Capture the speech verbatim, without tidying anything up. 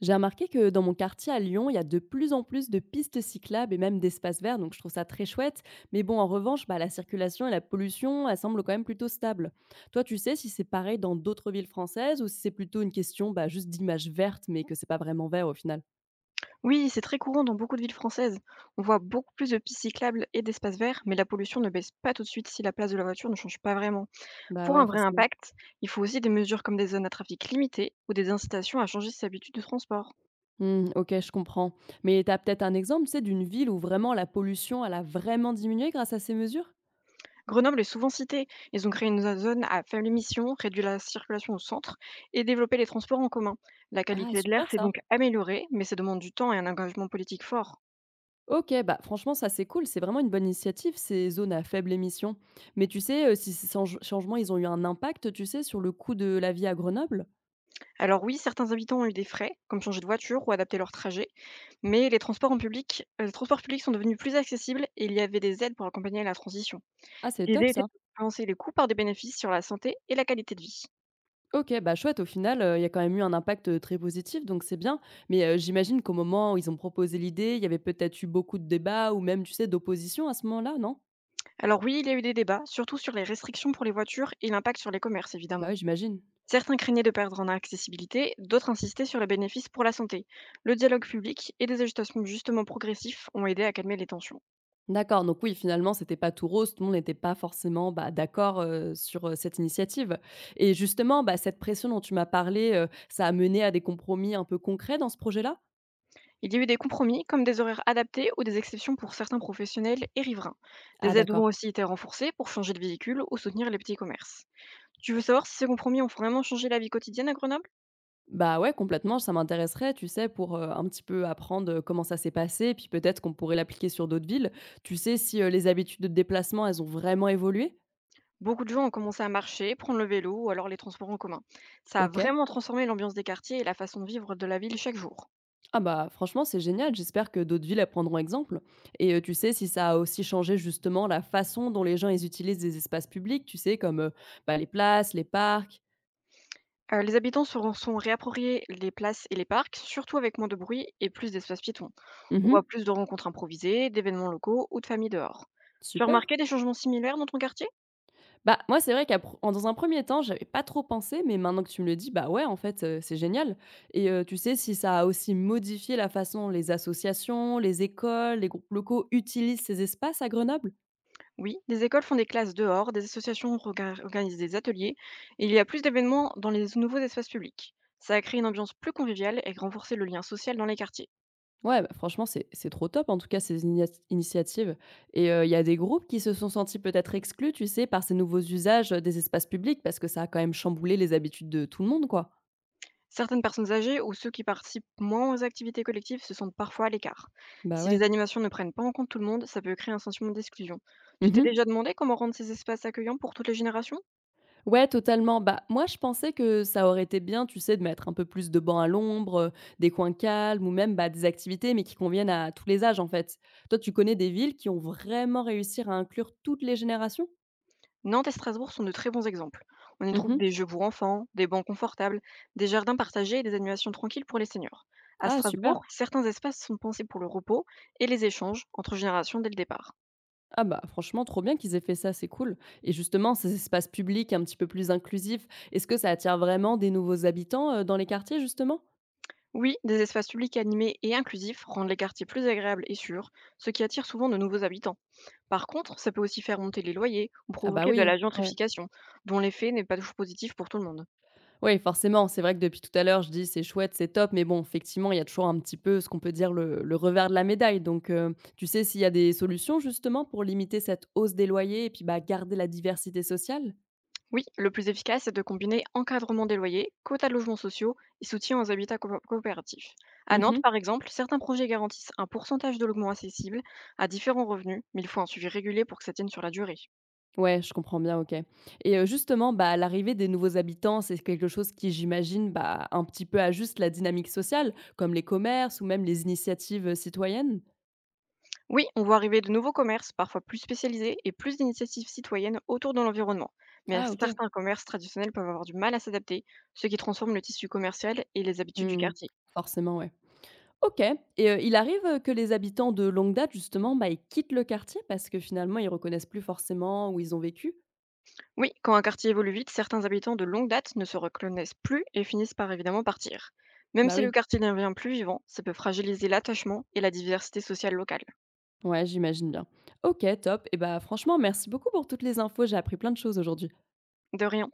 J'ai remarqué que dans mon quartier à Lyon, il y a de plus en plus de pistes cyclables et même d'espaces verts, donc je trouve ça très chouette. Mais bon, en revanche, bah, la circulation et la pollution, elles semblent quand même plutôt stables. Toi, tu sais si c'est pareil dans d'autres villes françaises ou si c'est plutôt une question bah, juste d'image verte, mais que c'est pas vraiment vert au final. Oui, c'est très courant dans beaucoup de villes françaises. On voit beaucoup plus de pistes cyclables et d'espaces verts, mais la pollution ne baisse pas tout de suite si la place de la voiture ne change pas vraiment. Bah Pour un ouais, vrai forcément. impact, il faut aussi des mesures comme des zones à trafic limité ou des incitations à changer ses habitudes de transport. Hmm, ok, je comprends. Mais t'as peut-être un exemple, tu sais, d'une ville où vraiment la pollution, elle a vraiment diminué grâce à ces mesures? Grenoble est souvent citée. Ils ont créé une zone à faible émission, réduit la circulation au centre et développé les transports en commun. La Ah, qualité de l'air super s'est ça. donc améliorée, mais ça demande du temps et un engagement politique fort. OK, bah, franchement, ça, c'est cool. C'est vraiment une bonne initiative, ces zones à faible émission. Mais tu sais, euh, si ces change- changements, ils ont eu un impact, tu sais, sur le coût de la vie à Grenoble? Alors oui, certains habitants ont eu des frais, comme changer de voiture ou adapter leur trajet, mais les transports en public, euh, les transports publics sont devenus plus accessibles et il y avait des aides pour accompagner la transition. Ah, c'est top L'idée était ça. de compenser les coûts par des bénéfices sur la santé et la qualité de vie. OK, bah chouette, au final, euh, il y a quand même eu un impact euh, très positif, donc c'est bien. Mais euh, j'imagine qu'au moment où ils ont proposé l'idée, il y avait peut-être eu beaucoup de débats ou même, tu sais, d'opposition à ce moment-là, non? Alors oui, il y a eu des débats, surtout sur les restrictions pour les voitures et l'impact sur les commerces, Bah évidemment. oui, j'imagine. Certains craignaient de perdre en accessibilité, d'autres insistaient sur les bénéfices pour la santé. Le dialogue public et des ajustements justement progressifs ont aidé à calmer les tensions. D'accord, donc oui, finalement, c'était pas tout rose. Tout le monde n'était pas forcément, bah, d'accord, heu, sur, heu, cette initiative, et justement, bah, cette pression dont tu m'as parlé, heu, ça a mené à des compromis un peu concrets dans ce projet-là? Il y a eu des compromis, comme des horaires adaptés ou des exceptions pour certains professionnels et riverains. Ah Des aides ont d'accord. aussi été renforcées pour changer de véhicule ou soutenir les petits commerces. Tu veux savoir si ces compromis ont vraiment changé la vie quotidienne à Grenoble? Bah, ouais, complètement, ça m'intéresserait, tu sais, pour, heu, un petit peu apprendre, heu, comment ça s'est passé, puis peut-être qu'on pourrait l'appliquer sur d'autres villes. Tu sais si, heu, les habitudes de déplacement, elles ont vraiment évolué? Beaucoup de gens ont commencé à marcher, prendre le vélo ou alors les transports en commun. Ça a OK. vraiment transformé l'ambiance des quartiers et la façon de vivre de la ville chaque jour. Ah bah, franchement, c'est génial. J'espère que d'autres villes, elles prendront exemple. Et euh, tu sais, si ça a aussi changé justement la façon dont les gens ils utilisent les espaces publics, tu sais, comme euh, bah, les places, les parcs. Euh, les habitants se re- sont réappropriés les places et les parcs, surtout avec moins de bruit et plus d'espaces piétons. On Mhm, voit plus de rencontres improvisées, d'événements locaux ou de familles dehors. Tu as super. remarqué des changements similaires dans ton quartier? Bah, moi, c'est vrai qu'à pr- en- dans un premier temps, j'avais pas trop pensé, mais maintenant que tu me le dis, bah ouais, en fait, euh, c'est génial. Et euh, tu sais, si ça a aussi modifié la façon dont les associations, les écoles, les groupes locaux utilisent ces espaces à Grenoble? Oui, des écoles font des classes dehors, des associations regar- organisent des ateliers, et il y a plus d'événements dans les nouveaux espaces publics. Ça a créé une ambiance plus conviviale et renforcé le lien social dans les quartiers. Ouais, bah, franchement, c'est c'est trop top, en tout cas, ces igniati initiatives, et heu, il y a des groupes qui se sont sentis peut-être exclus, tu sais, par ces nouveaux usages, heu, des espaces publics parce que ça a quand même chamboulé les habitudes de tout le monde, quoi. Certaines personnes âgées ou ceux qui participent moins aux activités collectives se sentent parfois à l'écart. Bah, Si ouais. les animations ne prennent pas en compte tout le monde, ça peut créer un sentiment d'exclusion. Tu t'es Mmh. déjà demandé comment rendre ces espaces accueillants pour toutes les générations? Ouais, totalement. Bah, moi, je pensais que ça aurait été bien, tu sais, de mettre un peu plus de bancs à l'ombre, heu, des coins calmes ou même, bah, des activités, mais qui conviennent à tous les âges, en fait. Toi, tu connais des villes qui ont vraiment réussi à inclure toutes les générations? Nantes et Strasbourg sont de très bons exemples. On y trouve Mmh. des jeux pour enfants, des bancs confortables, des jardins partagés et des animations tranquilles pour les seniors. À Ah Strasbourg, super! certains espaces sont pensés pour le repos et les échanges entre générations dès le départ. Ah bah, franchement, trop bien qu'ils aient fait ça, c'est cool. Et justement, ces espaces publics un petit peu plus inclusifs, est-ce que ça attire vraiment des nouveaux habitants euh, dans les quartiers, justement? Oui, des espaces publics animés et inclusifs rendent les quartiers plus agréables et sûrs, ce qui attire souvent de nouveaux habitants. Par contre, ça peut aussi faire monter les loyers ou Ah bah provoquer de oui, la ouais. gentrification, dont l'effet n'est pas toujours positif pour tout le monde. Oui, forcément, c'est vrai que depuis tout à l'heure, je dis c'est chouette, c'est top, mais bon, effectivement, il y a toujours un petit peu ce qu'on peut dire le, le revers de la médaille. Donc, euh, tu sais s'il y a des solutions, justement, pour limiter cette hausse des loyers et puis bah, garder la diversité sociale? Oui, le plus efficace, c'est de combiner encadrement des loyers, quotas de logements sociaux et soutien aux habitats coopé- coopératifs. À Nantes, Mhm. par exemple, certains projets garantissent un pourcentage de logements accessibles à différents revenus, mais il faut un suivi régulier pour que ça tienne sur la durée. Ouais, je comprends bien, OK. Et heu, justement, bah, l'arrivée des nouveaux habitants, c'est quelque chose qui, j'imagine, bah, un petit peu ajuste la dynamique sociale, comme les commerces ou même les initiatives, heu, citoyennes? Oui, on voit arriver de nouveaux commerces, parfois plus spécialisés, et plus d'initiatives citoyennes autour de l'environnement. Mais Ah OK. certains commerces traditionnels peuvent avoir du mal à s'adapter, ce qui transforme le tissu commercial et les habitudes du Mmh. quartier. Forcément, ouais. OK, et heu, il arrive, heu, que les habitants de longue date, justement, bah, ils quittent le quartier parce que finalement, ils reconnaissent plus forcément où ils ont vécu? Oui, quand un quartier évolue vite, certains habitants de longue date ne se reconnaissent plus et finissent par évidemment partir. Même Bah, si le oui. quartier devient plus vivant, ça peut fragiliser l'attachement et la diversité sociale locale. Ouais, j'imagine bien. OK, top et bah, franchement, merci beaucoup pour toutes les infos, j'ai appris plein de choses aujourd'hui. De rien.